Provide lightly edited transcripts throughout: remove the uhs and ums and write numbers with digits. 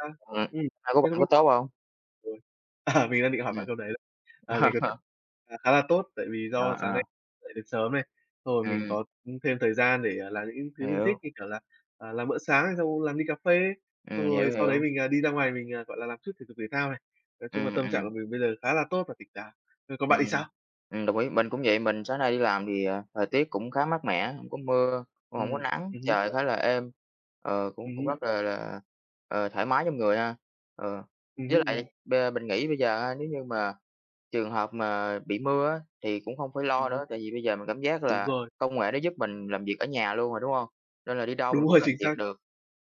A, Ừm, ừm, hai của mình bạn không có biết tốt hông? rồi. À, mình đang định hỏi bạn Ừm. câu đấy đấy. Ngày cuối tuần, khá là tốt, tại vì Ờ, do sáng ờ, nay dậy được sớm này, xong rồi mình ừm, có, thêm thời gian để, làm những thứ mình thích, hiểu, như kiểu là, làm bữa sáng này, xong làm đi cà phê, xong hiểu, rồi sau đấy hiểu, mình, đi ra ngoài mình, gọi là, làm chút thể dục thể thao này. Nói chung là ừm, tâm trạng của ừm. mình bây giờ khá là tốt và tỉnh táo. Còn Ừm, bạn thì sao? Đồng ý. Mình cũng vậy, mình sáng nay đi làm thì, ờ, thời tiết cũng khá mát mẻ, không có mưa, cũng hổng có Ừm, nắng, hứm, trời khá là êm, ờ, cũng cũng hứm, rất là, ờ, thoải mái trong người ha. Ờ, với hứm, lại b mình nghĩ bây giờ á, nếu như mà trường hợp mà bị mưa á, thì cũng không phải lo hứm. nữa, tại vì bây giờ mình cảm giác Đúng là rồi, công nghệ nó giúp mình làm việc ở nhà luôn rồi, đúng không? Nên là đi đâu mình đúng cũng rồi, làm chính việc xác. được.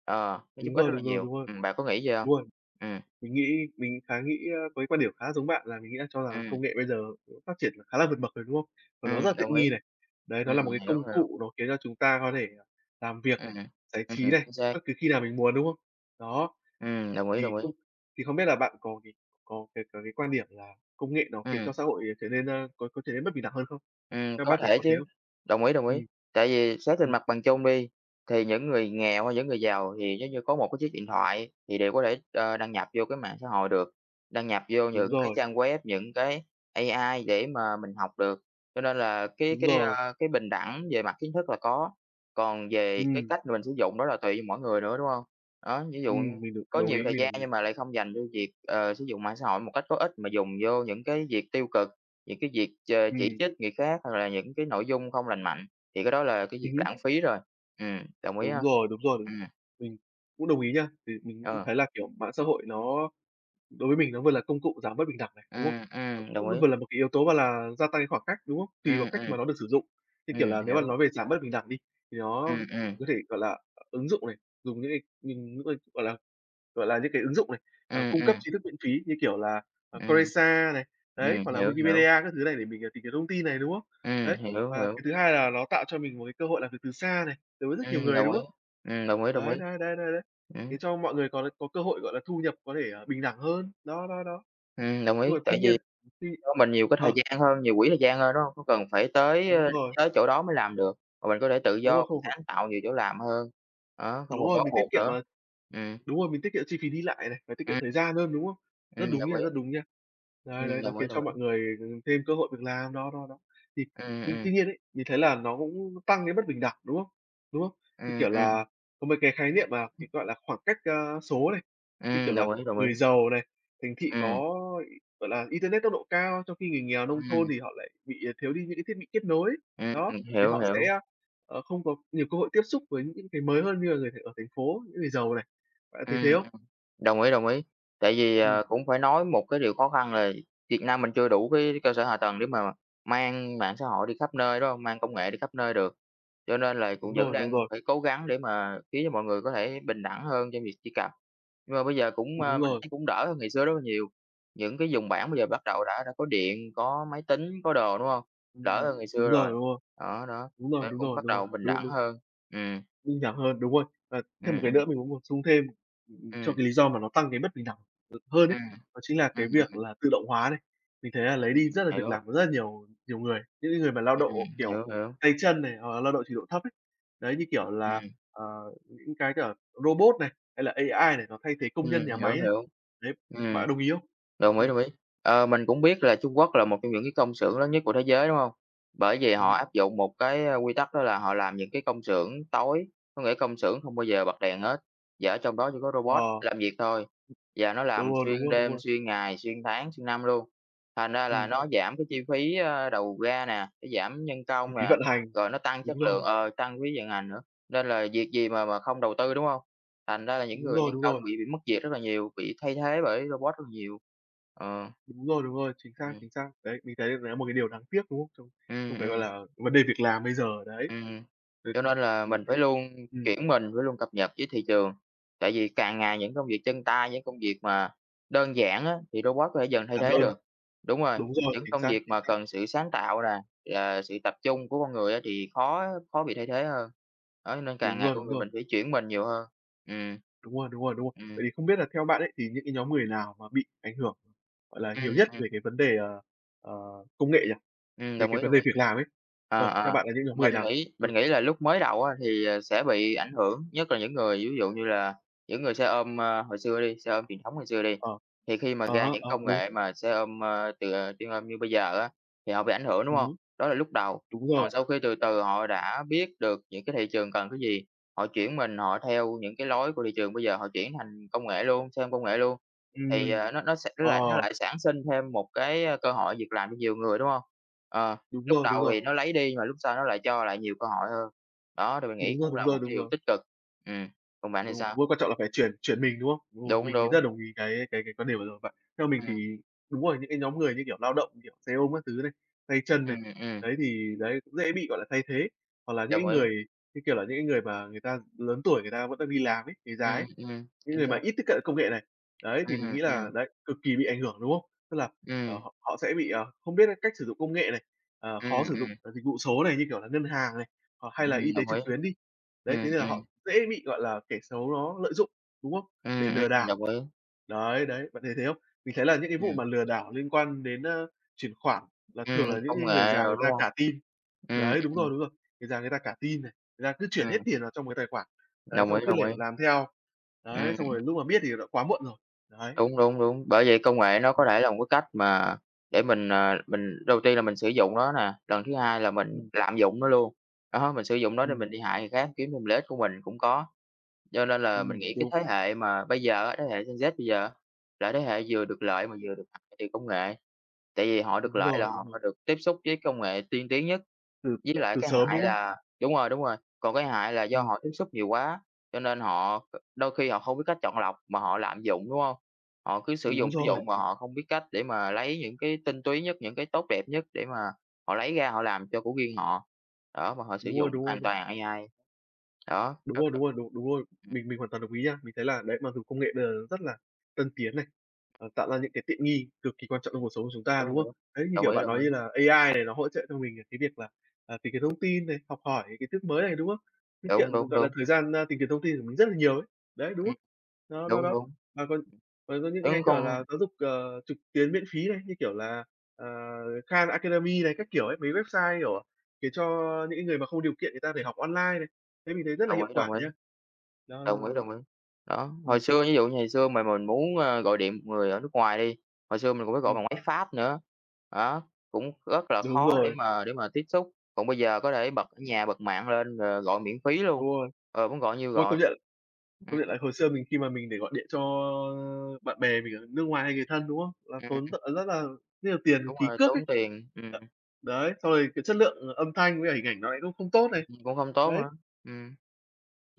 Ờ, nó giúp Đúng ích rất rồi, là đúng rồi, nhiều. đúng rồi, Bạn có nghĩ vậy không? đúng rồi. Ừm, Mình nghĩ mình khá nghĩ, a, với quan điểm khá giống bạn là mình nghĩ là cho là ừm, công nghệ bây giờ cũng phát triển khá là vượt bậc rồi, đúng không? Và nó rất là đồng tiện ý. nghi này. Đấy, nó Ừm, là một cái hiểu, công hiểu. cụ nó khiến cho chúng ta có thể, làm việc Ừm, này, giải ừm, trí này, chính xác. bất cứ khi nào mình muốn, đúng không? Đó, Đồng ý, thì đồng ý. cũng thì không biết là bạn có cái quan điểm là công nghệ nó khiến Ừm, cho xã hội, trở nên, a, có trở nên bất bình đẳng hơn không? Ừm, Các có bạn thì thể có chứ, thế không? đồng ý, đồng ý. Ừm, Tại vì xét trên ừm, mặt bằng chung đi, thì những người nghèo hay những người giàu thì nếu như có một cái chiếc điện thoại thì đều có thể, ờ, đăng nhập vô cái mạng xã hội được, đăng nhập vô đúng những cái rồi, trang web, những cái AI để mà mình học được. Cho nên là cái đúng cái, rồi. a, cái bình đẳng về mặt kiến thức là có, còn về cái Ừm, cách mình sử dụng đó là tùy mỗi người nữa, đúng không? Đó, ví dụ mình đồng có đồng nhiều ý, thời mình gian đồng ý. nhưng mà lại không dành cho việc, ờ, sử dụng mạng xã hội một cách có ích mà dùng vô những cái việc tiêu cực. Những cái việc ch chỉ Ừm, trích người khác hoặc là những cái nội dung không lành mạnh, thì cái đó là cái việc ừm lãng phí rồi. Đồng ý Đúng ha. rồi, đúng rồi. Ừm, Mình cũng đồng ý nha. Thì mình cũng ờ, thấy là, kiểu, mạng xã hội nó đối với mình nó vừa là công cụ giảm bất bình đẳng này, đúng không? Nó cũng đồng ý. vừa là một cái yếu tố mà là gia tăng cái khoảng cách, đúng không? Tùy vào Ừm, cách ừm, mà nó được sử dụng. Như kiểu là, nếu mà hiểu. nói về giảm bất bình đẳng đi, thì nó Ừm, ừm, có thể, gọi là, ứng dụng này, dùng những cái, gọi là, những cái ứng dụng này, ừm, cung cấp ừm, tri thức miễn phí như kiểu là, ừm, Coursera này, đấy, hoặc là hiểu, hiểu. Wikipedia các thứ này để mình, tìm kiếm thông tin này, đúng không? Đấy, Hiểu, và hiểu. cái thứ hai là nó tạo cho mình một cái cơ hội làm việc từ xa này, đối với rất nhiều người, Đồng đúng ý. không? Đồng ý, đồng Đấy, ý. đấy, đấy, đấy, đấy, Ừm, thế cho mọi người có cơ hội, gọi là, thu nhập có thể, bình đẳng hơn. Đó, đó, đó. Đồng Nhưng ý, mà tuy tại vì nhiên, tuy cho mình nhiều cái thời ờ, gian hơn, nhiều quỹ thời gian hơn, đó hông? Không có cần phải tới, đúng ơ, rồi, tới chỗ đó mới làm được, mà mình có thể tự đúng do, rồi, mình không, sáng tạo nhiều chỗ làm hơn, đó, không đúng còn rồi, bó mình buộc tiết kiệm nữa. mà. Ừm, Đúng rồi, mình tiết kiệm chi phí đi lại này, và tiết kiệm ừm. thời gian hơn, đúng không? Rất đúng Đồng nha, ý, rất đúng nha. Đấy, đấy, nó đồng ý, khiến đồng cho mọi ý. người, ừ, thêm cơ hội việc làm, đó, đó, đó. Thì Ừm, tuy ừm, tuy nhiên ấy, mình thấy là nó cũng tăng cái bất bình đẳng, đúng không? Đúng không? Như ừm, kiểu ừm, là có mấy cái khái niệm mà cái, gọi là, khoảng cách, số này, như kiểu là đồng ý, đồng người ý. giàu này, thành thị Ừm, có, gọi là, internet tốc độ cao, trong khi người nghèo nông thôn ừm, thì họ lại bị thiếu đi những cái thiết bị kết nối. ừm, Đó, thì hiểu, họ hiểu, sẽ, không có nhiều cơ hội tiếp xúc với những cái mới hơn như là người ở thành phố, những người giàu này. Bạn thấy ừm, thế không? đồng ý, đồng ý. Tại vì, Ừm, à, cũng phải nói một cái điều khó khăn là Việt Nam mình chưa đủ cái cơ sở hạ tầng để mà mang mạng xã hội đi khắp nơi, đúng hông? Mang công nghệ đi khắp nơi được. Cho nên là cũng đúng vẫn rồi, đúng đang rồi, phải cố gắng để mà khiến cho mọi người có thể bình đẳng hơn trong việc truy cập. Nhưng mà bây giờ cũng, a, đúng mình rồi, thấy cũng đỡ hơn ngày xưa rất là nhiều, những cái dùng bảng bây giờ bắt đầu đã có điện, có máy tính, có đồ, đúng không? Đỡ hơn ngày đúng xưa rồi, rồi, đúng rồi, đó, đó. đúng Cho rồi, nên đúng cũng rồi, bắt đúng rồi, đầu bình đúng, đẳng đúng, hơn. Ừm, minh bạch hơn, đúng rồi. Và thêm một ừm, cái ừm, nữa mình muốn bổ sung thêm, cho ừm, cái lý do mà nó tăng cái bất bình đẳng được hơn ấy, ừm, đó chính là ừm, cái việc ừm, là tự động hóa này. Mình thấy là lấy đi ừm, rất là việc hiểu, làm của rất là nhiều nhiều người, những cái người mà lao động, ừm, kiểu, hiểu, hiểu, tay chân này, hoặc là lao động trình độ thấp ấy. Đấy, như kiểu là, ừm, ờ, những cái cả robot này, hay là AI này, nó thay thế công nhân nhà máy hiểu, này. hiểu, Đấy, ừm. bạn đồng ý không? Đồng ý, Ừm, đồng ý. Ờ, mình cũng biết là Trung Quốc là một trong những cái công xưởng lớn nhất của thế giới, đúng không? Bởi vì họ hứm. áp dụng một cái, a, quy tắc đó là họ làm những cái công xưởng tối, có nghĩa công xưởng không bao giờ bật đèn hết, và ở trong đó chỉ có robot Ờ, làm việc thôi, và nó đúng làm rồi, đúng xuyên rồi, đúng đêm, rồi. xuyên ngày, xuyên tháng, xuyên năm luôn. Thành ra là Ừm, nó giảm cái chi phí, a, đầu ra nè, nó giảm nhân chi công phí nè, vận hành. rồi nó tăng chất Đúng lượng rồi, ờ, tăng phí vận hành nữa, nên là việc gì mà không đầu tư, đúng không? Thành ra là những đúng người rồi, nhân đúng công rồi, bị mất việc rất là nhiều, bị thay thế bởi robot rất là nhiều. Ờ, đúng rồi, đúng rồi, chính xác, ừm, chính xác. Đấy, mình thấy đấy là một cái điều đáng tiếc, đúng không? Trong ừm, trong cái, ừm, gọi là, vấn đề việc làm bây giờ, đấy. ừm. Rồi Cho nên là ừm, mình phải luôn ừm, chuyển mình, phải luôn cập nhật với thị trường, tại vì càng ngày những công việc chân tay, những công việc mà đơn giản á, thì robot có thể dần thay giản thế đơn, được. Đúng rồi, đúng rồi, những chính công xác, việc chính mà xác. cần sự sáng tạo nè, là sự tập trung của con người á, thì khó khó bị thay thế hơn. Đó, nên càng Đúng ngày rồi, con đúng người rồi, mình phải chuyển mình nhiều hơn. Ừm. đúng rồi, đúng rồi, đúng rồi. Ừm, ừm, Vậy thì không biết là theo bạn ấy, thì những cái nhóm người nào mà bị ảnh hưởng, gọi là, nhiều nhất về cái vấn đề, ờ, công nghệ nhỉ? ừ Về đồng cái ý, vấn đồng đề ý. việc làm ấy? À Ờ, theo à bạn là những nhóm mình người nào? nghĩ Ừ, mình nghĩ là lúc mới đầu á thì, ờ, sẽ bị ảnh hưởng, nhất là những người ví dụ như là những người xe ôm, ơ, hồi xưa đi, xe ôm truyền thống hồi xưa đi, ờ, thì khi mà à ra há, những ờ, công đúng, nghệ mà xe ôm, ơ, từ, ờ, chuyên ôm như bây giờ á, thì họ bị ảnh hưởng, đúng không? hứm, Đó là lúc đầu, đúng còn rồi, sau khi từ từ họ đã biết được những cái thị trường cần cái gì, họ chuyển mình họ theo những cái lối của thị trường, bây giờ họ chuyển thành công nghệ luôn, xe ôm công nghệ luôn. Thì, ờ, ừm. nó nó sẽ nó lại nó Ờ. lại sản sinh thêm một cái, ơ, cơ hội việc làm cho nhiều người, đúng hông? Ờ, Đúng lúc rồi, đúng đầu rồi, thì nó lấy đi mà lúc sau nó lại cho lại nhiều cơ hội hơn. Đó, thì mình nghĩ đúng rồi, cũng đúng là rồi, một cái đúng điều rồi. tích cực. Ừm, còn bạn thì Đúng, sao? đúng quan trọng là phải chuyển chuyển mình, đúng không? Đúng rồi, Đúng, mình rất đúng, là đồng ý cái quan điểm vừa rồi của bạn. Theo mình ừm, thì đúng rồi, những cái nhóm người như kiểu lao động, kiểu, xe ôm các thứ này, tay chân này, ừm, ừm, đấy, thì đấy, cũng dễ bị, gọi là, thay thế. Hoặc là những cái đồng ý, người, như kiểu là, những cái người mà người ta lớn tuổi người ta vẫn đang đi làm ấy, người già ấy, những chính người xác, mà ít tiếp cận công nghệ này, đấy, thì mình ừm, nghĩ là ừm, đấy, cực kỳ bị ảnh hưởng, đúng không? Tức là, ừm, họ họ sẽ bị, không biết cách sử dụng công nghệ này, khó ừm, sử dụng, ừm, dịch vụ số này, như kiểu là ngân hàng này, hoặc hay là ừm, y tế đồng ý, trực tuyến đi. Đấy, ừm, thế nên là ừm, họ dễ bị, gọi là, kẻ xấu nó lợi dụng, đúng không? Để lừa đảo. đồng ý, Đấy, đấy, bạn thấy thế không? Mình thấy là những cái vụ ừm, mà lừa đảo liên quan đến, chuyển khoản là thường là những công cái người nghệ già rồi, người đúng ta hông? cả tin. Ừm, Đấy, đúng rồi, người già người ta cả tin này, người ta cứ chuyển hết ừm, tiền vào trong cái tài khoản, đấy, đồng xong ý, cứ đồng ý, lẻo làm theo. Đấy, xong ừm. rồi lúc mà biết thì đã quá muộn rồi. Đấy. Đúng, đúng, đúng. Bởi vậy công nghệ nó có Ừm, thể là một cái cách mà để mình, ờ, mình đầu tiên là mình sử dụng nó nè, lần thứ hai là mình ừm, lạm dụng nó luôn. Đó, mình sử dụng nó để ừm, mình đi hại người khác, kiếm thêm lợi ích của mình cũng có. Cho nên là mình nghĩ cái đúng. thế hệ mà bây giờ á, thế hệ Gen Z bây giờ á, là thế hệ vừa được lợi mà vừa được hại từ công nghệ. Tại vì họ được Đúng lợi là rồi, họ đúng rồi. được tiếp xúc với công nghệ tiên tiến nhất, Từ với lại từ cái sớm, đúng hại không? là đúng rồi, còn cái hại là do Ừm, họ tiếp xúc nhiều quá, cho nên họ đôi khi họ không biết cách chọn lọc mà họ lạm dụng, đúng hông? Họ cứ đúng sử rồi, dụng mà đúng rồi, họ không biết cách để mà lấy những cái tinh túy nhất, những cái tốt đẹp nhất để mà họ lấy ra họ làm cho của riêng họ, đó, mà họ sử đúng rồi, dụng hoàn đúng. toàn AI, đó, Đúng rất rồi, là đúng rồi, đúng đúng rồi. ừm, Mình hoàn toàn đồng ý nha. Mình thấy là đấy, mặc dù công nghệ bây giờ rất là tân tiến này, tạo ra những cái tiện nghi cực kỳ quan trọng trong cuộc sống của chúng ta, đúng, đúng rồi, không? đúng, Đấy, như kiểu bạn đồng nói ý, như là AI này nó hỗ trợ cho mình cái việc là, tìm kiếm thông tin này, học hỏi cái kiến thức mới này, đúng không? Cái kiệm, đúng, đúng, gọi là, đúng, thời gian, tìm kiếm thông tin của mình rất là nhiều ấy. Đấy, đúng ừm, không? Đó, đó, đúng, đó. đúng, Và còn còn có những đúng, cái, con kiểu là, giáo dục, trực tuyến miễn phí này, như kiểu là, ờ, Khan Academy này, các kiểu ấy, mấy website, kiểu, để cho những người mà không điều kiện người ta để học online. Thế mình thấy rất là đồng hiệu ý, đồng quả ý. nhá. Đó, đó, Đồng đó, ý, đó. đồng ý. Đó, hồi Ừm, xưa ví dụ như ngày xưa mà mình muốn, a, gọi điện một người ở nước ngoài đi, hồi xưa mình cũng phải gọi ừm, bằng máy Pháp nữa, đó, cũng rất là đúng khó để rồi, mà để mà tiếp xúc. Còn bây giờ có thể bật ở nhà, bật mạng lên rồi gọi miễn phí luôn, đúng rồi. ờ, muốn gọi nhiêu Ôi, công gọi. nhận Ừm, công nhận là hồi xưa mình khi mà mình để gọi điện cho bạn bè mình ở nước ngoài hay người thân, đúng không? Là tốn ừm, rất rất là rất nhiều tiền đúng phí rồi, cước ấy. tốn tiền, Đ đấy, xong rồi cái chất lượng âm thanh với cả hình ảnh nó lại cũng không tốt này. Cũng không tốt Đấy, nữa. Ừm,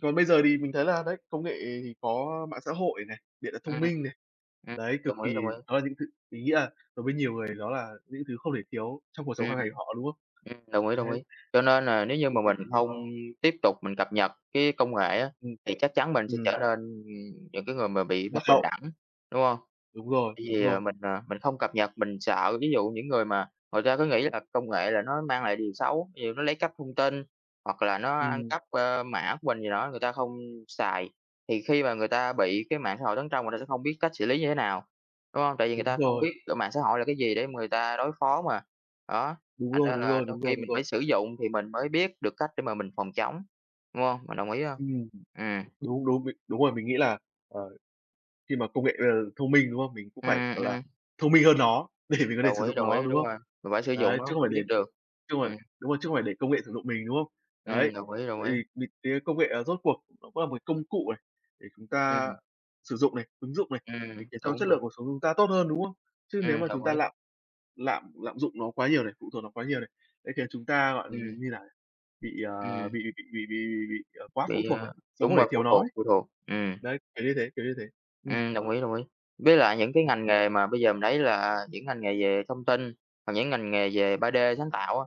còn bây giờ thì mình thấy là đấy, công nghệ thì có mạng xã hội này, điện thoại thông ừm, minh này, ừm, đấy, cực đồng ý, kỳ đồng ý. đó là những thứ mình nghĩ là đối với nhiều người đó là những thứ không thể thiếu trong cuộc sống Ừm. hàng ngày của họ, đúng không? Đồng ý, đồng Đấy, ý. Cho nên là nếu như mà cực kỳ mình tiện nghi. không tiếp tục mình cập nhật cái công nghệ á, Ừm, thì chắc chắn mình sẽ ừm, trở nên, những cái người mà bị lạc bất bình hậu. đẳng, đúng không? Đúng rồi, Tại đúng vì, rồi. À, mình không cập nhật, mình sợ, ví dụ, những người mà người ta cứ nghĩ là công nghệ là nó mang lại điều xấu, ví dụ nó lấy cắp thông tin hoặc là nó ăn Ừm, cắp, ơ, mã của mình gì đó, người ta không xài, thì khi mà người ta bị cái mạng xã hội tấn công người ta sẽ không biết cách xử lý như thế nào, đúng không? Tại vì người đúng ta không rồi, biết, cái mạng xã hội là cái gì để mà người ta đối phó mà. Đó, đúng thành rồi, ra đúng là rồi, đôi đúng rồi, khi đúng mình phải rồi. sử dụng thì mình mới biết được cách để mà mình phòng chống, đúng không? Bạn đồng ý không? Ừm, Ừm, đúng, đúng, mình đúng rồi, mình nghĩ là, ờ, khi mà công nghệ bây giờ thông minh, đúng không? Mình cũng phải, ừm, gọi là, ừm, thông minh hơn nó để mình có thể đồng sử ý, dụng đồng nó, ý, đúng đúng không? rồi, mình phải sử dụng Đấy, nó chứ không mới phải biết để được. chứ không phải đúng rồi, chứ không phải để công nghệ sử dụng mình, đúng không? Đấy, Đồng ý, đồng vậy ý. thì mình thấy công nghệ, à, rốt cuộc nó cũng là một công cụ này, để chúng ta Ừm, sử dụng này, ứng dụng này, để khiến cho đúng, chất lượng đúng, cuộc sống chúng ta tốt hơn, đúng không? Chứ nếu mà chúng đồng ta ý, lạm lạm lạm dụng nó quá nhiều này, phụ thuộc nó quá nhiều này, sẽ khiến chúng ta, gọi ừm, như nào? Bị, ừm, bị, quá bị, phụ thuộc ờ này, sống đúng không để rồi, thiếu nó ấy. Phụ thuộc, Đấy, kiểu như thế, kiểu như thế. Ừm, đồng ý, đồng ý. Với lại những cái ừm. ngành nghề mà bây giờ mình thấy là những ngành nghề về thông tin, hoặc những ngành nghề về 3D sáng tạo á,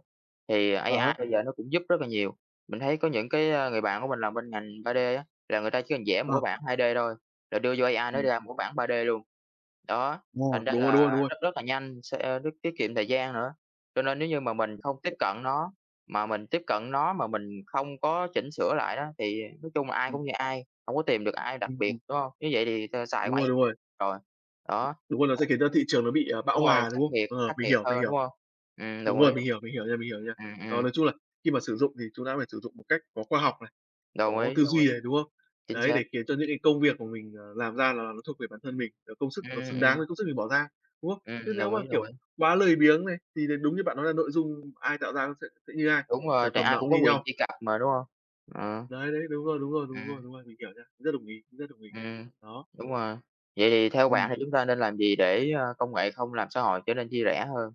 thì À AI há, bây giờ nó cũng giúp rất là nhiều. Mình thấy có những cái, người bạn của mình làm bên ngành 3D á, là người ta chỉ cần vẽ một cái ờ, bảng 2D thôi, rồi đưa vô AI nó ừm, ra một cái bảng 3D luôn. Đó, ờ, thành ra đúng rồi, đúng là rồi, đúng rồi. rất rất là nhanh, sẽ rất tiết kiệm thời gian nữa. Cho nên nếu như mà mình không tiếp cận nó, mà mình tiếp cận nó mà mình không có chỉnh sửa lại đó, thì nói chung là ai Ừm, cũng như ai, hổng có tìm được ai đặc ừm, biệt, ừm, đúng hông? Như vậy thì t xài cũng đúng rồi, đúng rồi, rồi. Đó, đúng rồi, nó sẽ khiến cho thị trường nó bị, à, bão đúng rồi, hòa, đúng khắc không? nghiệt Ờ, khắc mình nghiệt hiểu, mình hơn, hiểu. đúng hông? Đúng Đồng ý, rồi, đồng ý. mình hiểu nha, mình hiểu nha. Ừm, Đó, ừm, nói chung là khi mà sử dụng thì chúng ta phải sử dụng một cách có khoa học này. đồng Có ý, tư đồng ý, duy này, đúng không? chính Đấy, xác. để khiến cho những cái công việc của mình, làm ra là nó thuộc về bản thân mình, công sức Ừm, nó xứng đáng ừm, với công sức mình bỏ ra, đúng không? Chứ nếu đồng mà, ý, đồng kiểu, ý. quá lười biếng này, thì đấy đúng như bạn nói là nội dung ai tạo ra nó sẽ như ai, Đúng rồi, sản tại phẩm ai nào cũng cũng có như quyền nhau. truy cập mà, đúng hông? Ờ, Đấy, đấy, đúng rồi, đúng rồi, đúng rồi, ừm. đúng rồi, mình hiểu nha, rất đồng ý, rất đồng ý. Ừm, Đó, đúng rồi. Vậy thì theo bạn ừm, thì chúng ta nên làm gì để, công nghệ không làm xã hội trở nên chia rẽ hơn?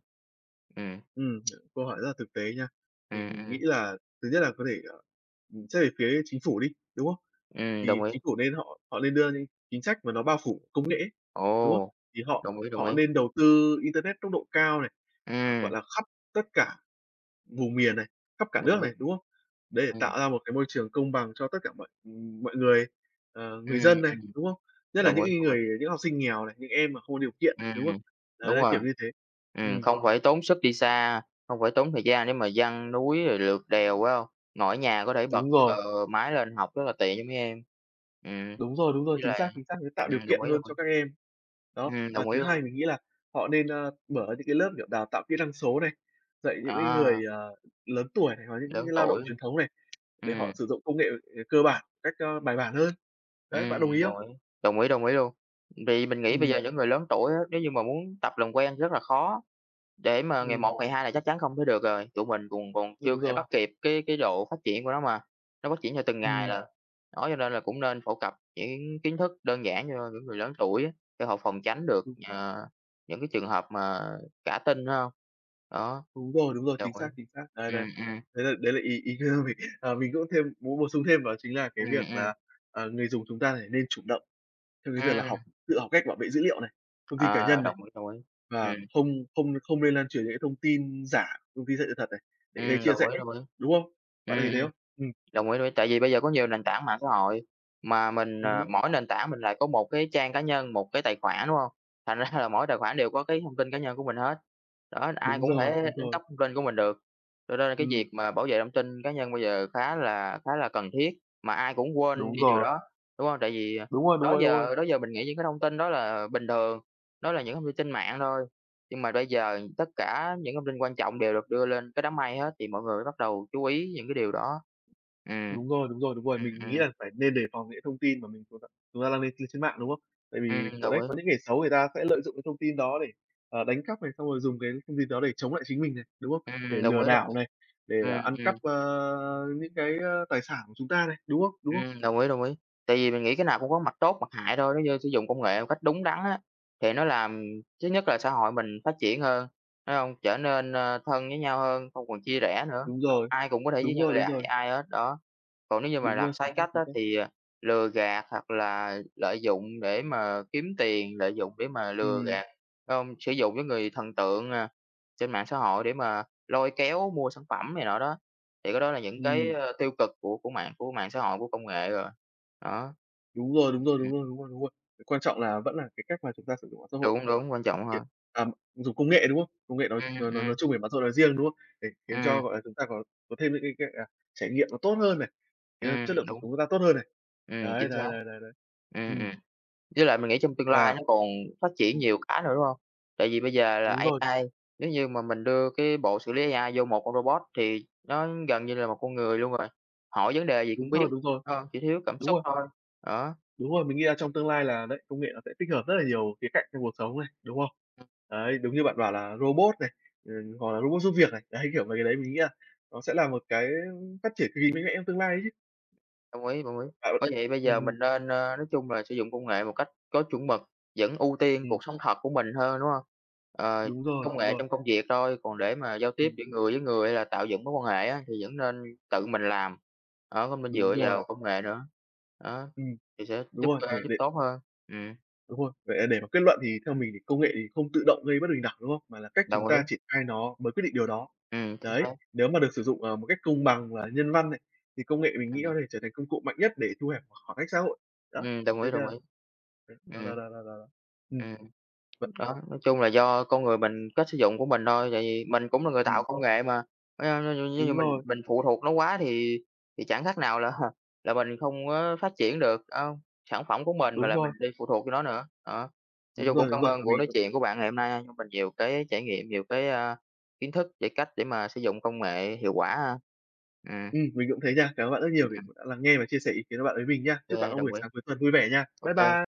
Ừm, ừm, câu hỏi rất là thực tế nha. Thì ừm, mình ừm, nghĩ là thứ nhất là có thể, xét về phía chính phủ đi, đúng không? Đồng Thì ý. chính phủ nên họ họ nên đưa những chính sách mà nó bao phủ công nghệ ấy, đúng không? Ồ, Thì họ đồng ý, đồng họ ý. nên đầu tư internet tốc độ cao này, ờ, gọi Ừm, là, khắp tất cả vùng miền này, khắp cả nước đồng ý. này, đúng không? Để Ừm, tạo ra một cái môi trường công bằng cho tất cả mọi, mọi người, người ừm, dân này, ừm, đúng không? Nhất là đồng ý, những đồng người ý. những học sinh nghèo này, những em mà không có điều kiện này, đúng Ừm, không? Đấy, đúng đấy, rồi. kiểu như thế. Ừm, Không phải tốn sức đi xa, không phải tốn thời gian để mà giăng núi rồi lượt đèo, phải không? Ngồi ở nhà có thể bật, đúng rồi, máy lên học rất là tiện cho mấy em. Ừm, đúng rồi, đúng rồi, với lại chính xác, để tạo điều đồng kiện ý, hơn đồng cho ý. các em. Đó, và Đồng ý thứ luôn. hai mình nghĩ là họ nên, mở những cái lớp, kiểu, đào tạo kỹ năng số này, dạy những cái À, người, lớn tuổi này, hoặc những lớn cái lao động tuổi. truyền thống này, để họ Ừm. sử dụng công nghệ, cơ bản cách, bài bản hơn. Đấy, Ừm, bạn đồng ý không? đồng ý, đồng ý, đồng ý luôn. Vì mình nghĩ bây Ừm, giờ những người lớn tuổi á, nếu như mà muốn tập làm quen rất là khó, để mà ngày ừm, một ngày hai là chắc chắn không thể được rồi, tụi mình còn còn chưa đúng thể rồi. bắt kịp cái độ phát triển của nó mà, nó phát triển theo từng ngày Ừm, là. Đó, cho nên là cũng nên phổ cập những kiến thức đơn giản cho những người lớn tuổi á, để họ phòng tránh được, đúng, những cái trường hợp mà cả tin phải hông? Đó, đúng rồi, đồng chính ý. xác, chính xác. Đấy, đấy, Ừm, ừm, đấy là ý ý của mình. Ờ, mình cũng thêm muốn bổ sung thêm đó chính là cái ừm, việc ừm, là, người dùng chúng ta phải nên chủ động trong cái việc là học ừm, tự học cách bảo vệ dữ liệu này, thông tin cá à, nhân này, đồng ý, đồng ý. và Ừm, không không không nên lan truyền những cái thông tin giả, thông tin sai sự thật này để gây chia đồng rẽ, ý, đồng ý. đúng không? Bạn Ừm, thấy thế ừm. không? Ừm, Đồng ý, đồng ý, tại vì bây giờ có nhiều nền tảng mạng xã hội, mà mình, ừm mỗi nền tảng mình lại có một cái trang cá nhân, một cái tài khoản, đúng không? Thành ra là mỗi tài khoản đều có cái thông tin cá nhân của mình hết, đó, ai đúng cũng Đúng rồi, thể đúng đánh rồi. cắp thông tin của mình được. Cho nên là cái Ừm, việc mà bảo vệ thông tin cá nhân bây giờ khá là cần thiết, mà ai cũng quên đúng đi điều rồi. đó, đúng không? Tại vì, Đúng rồi, đúng đó rồi, đúng rồi. giờ đó giờ mình nghĩ những cái thông tin đó là bình thường, đó là những thông tin trên mạng thôi. Nhưng mà bây giờ tất cả những thông tin quan trọng đều được đưa lên cái đám mây hết, thì mọi người mới bắt đầu chú ý những cái điều đó. Ừm. Đúng rồi, đúng rồi, đúng rồi. Ừm, Mình nghĩ ừm, là phải nên đề phòng những thông tin mà mình chúng ta đang lên trên trên mạng, đúng không? Tại vì có đồng đấy, ý. có những kẻ xấu người ta sẽ lợi dụng cái thông tin đó để, đánh cắp này, xong rồi dùng cái thông tin đó để chống lại chính mình này, đúng không? Để Đồng lừa ý, đồng ý. đảo này, để Ừm, ăn ừm, cắp, những cái, tài sản của chúng ta này, đúng không? Đúng không? Đồng ý, đồng ý. Tại vì mình nghĩ cái nào cũng có mặt tốt, mặt hại thôi, nếu như sử dụng công nghệ một cách đúng đắn á, thì nó làm thứ nhất là xã hội mình phát triển hơn, phải hông? Trở nên, thân với nhau hơn, không còn chia rẽ nữa, Đúng hông rồi, ai cũng có thể với đúng nhau rồi, đúng rồi, ai hết, đó. Còn nếu như mà đúng làm rồi, chính sai xác, cách chính á xác. thì, lừa gạt hoặc là lợi dụng để mà kiếm tiền, lợi dụng để mà lừa Ừm, gạt, không sử dụng cái người thần tượng, trên mạng xã hội để mà lôi kéo mua sản phẩm này nọ đó, thì cái đó là những cái, ừm, tiêu cực của mạng xã hội, của công nghệ rồi. Đó, đúng rồi, đúng rồi, đúng rồi, đúng rồi, đúng rồi. Quan trọng là vẫn là cái cách mà chúng ta sử dụng mạng xã hội. đúng, đúng, quan trọng Kiểu, hơn. à, dùng công nghệ, đúng không? Công nghệ nói Ừm, nói nói ừm, nói chung về bán sâu nói riêng, đúng không? Để khiến cho, ừm, gọi là, chúng ta có thêm những cái, à, trải nghiệm nó tốt hơn này, khiến cho chất lượng cuộc đúng, sống chúng ta tốt hơn này. Đấy, chính đấy, xác. đấy, đấy, đấy. Ừm, Ừm, ừm. Với lại mình nghĩ trong tương lai và nó còn phát triển ừm, nhiều cái nữa, đúng hông? Tại vì bây giờ là đúng rồi, AI, nếu như mà mình đưa cái bộ xử lý AI vô một con robot thì nó gần như là một con người luôn rồi, hỏi vấn đề gì cũng đúng biết, thôi, đúng rồi, chỉ thiếu cảm đúng xúc rồi, thôi, đó. đúng rồi, mình nghĩ là trong tương lai là đấy, công nghệ nó sẽ tích hợp rất là nhiều khía cạnh trong cuộc sống này, đúng không? Đấy, đúng như bạn bảo là robot này, ừ, hoặc là robot giúp việc này, đấy, kiểu mấy cái đấy mình nghĩ là nó sẽ là một cái phát triển cực kỳ mạnh mẽ trong tương lai ấy chứ. Đồng ý, đồng ý. Bạn Bởi vậy bây giờ ừm, mình nên, nói chung là sử dụng công nghệ một cách có chuẩn mực, vẫn ưu tiên ừm, cuộc sống thật của mình hơn, đúng hông? Ờ, đúng rồi, công đúng nghệ rồi, trong công việc thôi, còn để mà giao tiếp ừm, giữa người với người hay là tạo dựng mối quan hệ á, thì vẫn nên tự mình làm, đó, không nên đúng dựa rồi. vào công nghệ nữa. Đó, Ừm, thì sẽ đúng giúp, rồi, để giúp để tốt hơn. Ừm, đúng rồi, để mà kết luận thì theo mình thì công nghệ thì không tự động gây bất bình đẳng, đúng không? Mà là cách chúng đồng ý, ta triển khai nó mới quyết định điều đó. Chính Đấy, xác, nếu mà được sử dụng, một cách công bằng và nhân văn này, thì công nghệ mình nghĩ ừm, có thể trở thành công cụ mạnh nhất để thu hẹp khoảng cách xã hội. Đó, thế đồng là ý, đấy, đó, đó, ừm, đó, đó, đó. Ừm, ừm. vậy Đó, nói chung là do con người mình, cách sử dụng của mình thôi, tại vì mình cũng là người tạo ừm, công nghệ mà, nếu như đúng mình rồi, mình phụ thuộc nó quá thì chẳng khác nào là là mình không có phát triển được, sản phẩm của mình, mà đúng là mình rồi, đi phụ thuộc vô nó nữa. Đó, nói đúng chung cũng rồi, đúng cảm rồi, ơn và buổi nói chuyện của bạn ngày hôm nay cho mình nhiều cái trải nghiệm, nhiều cái, kiến thức về cách để mà sử dụng công nghệ hiệu quả ha. Ừm, mình cũng thế nha. Cảm ơn bạn rất nhiều vì cũng đã lắng nghe và chia sẻ ý kiến của bạn với mình nha. Chúc bạn ô có đồng buổi ý, sáng cuối tuần vui vẻ nha. Bye ok bye.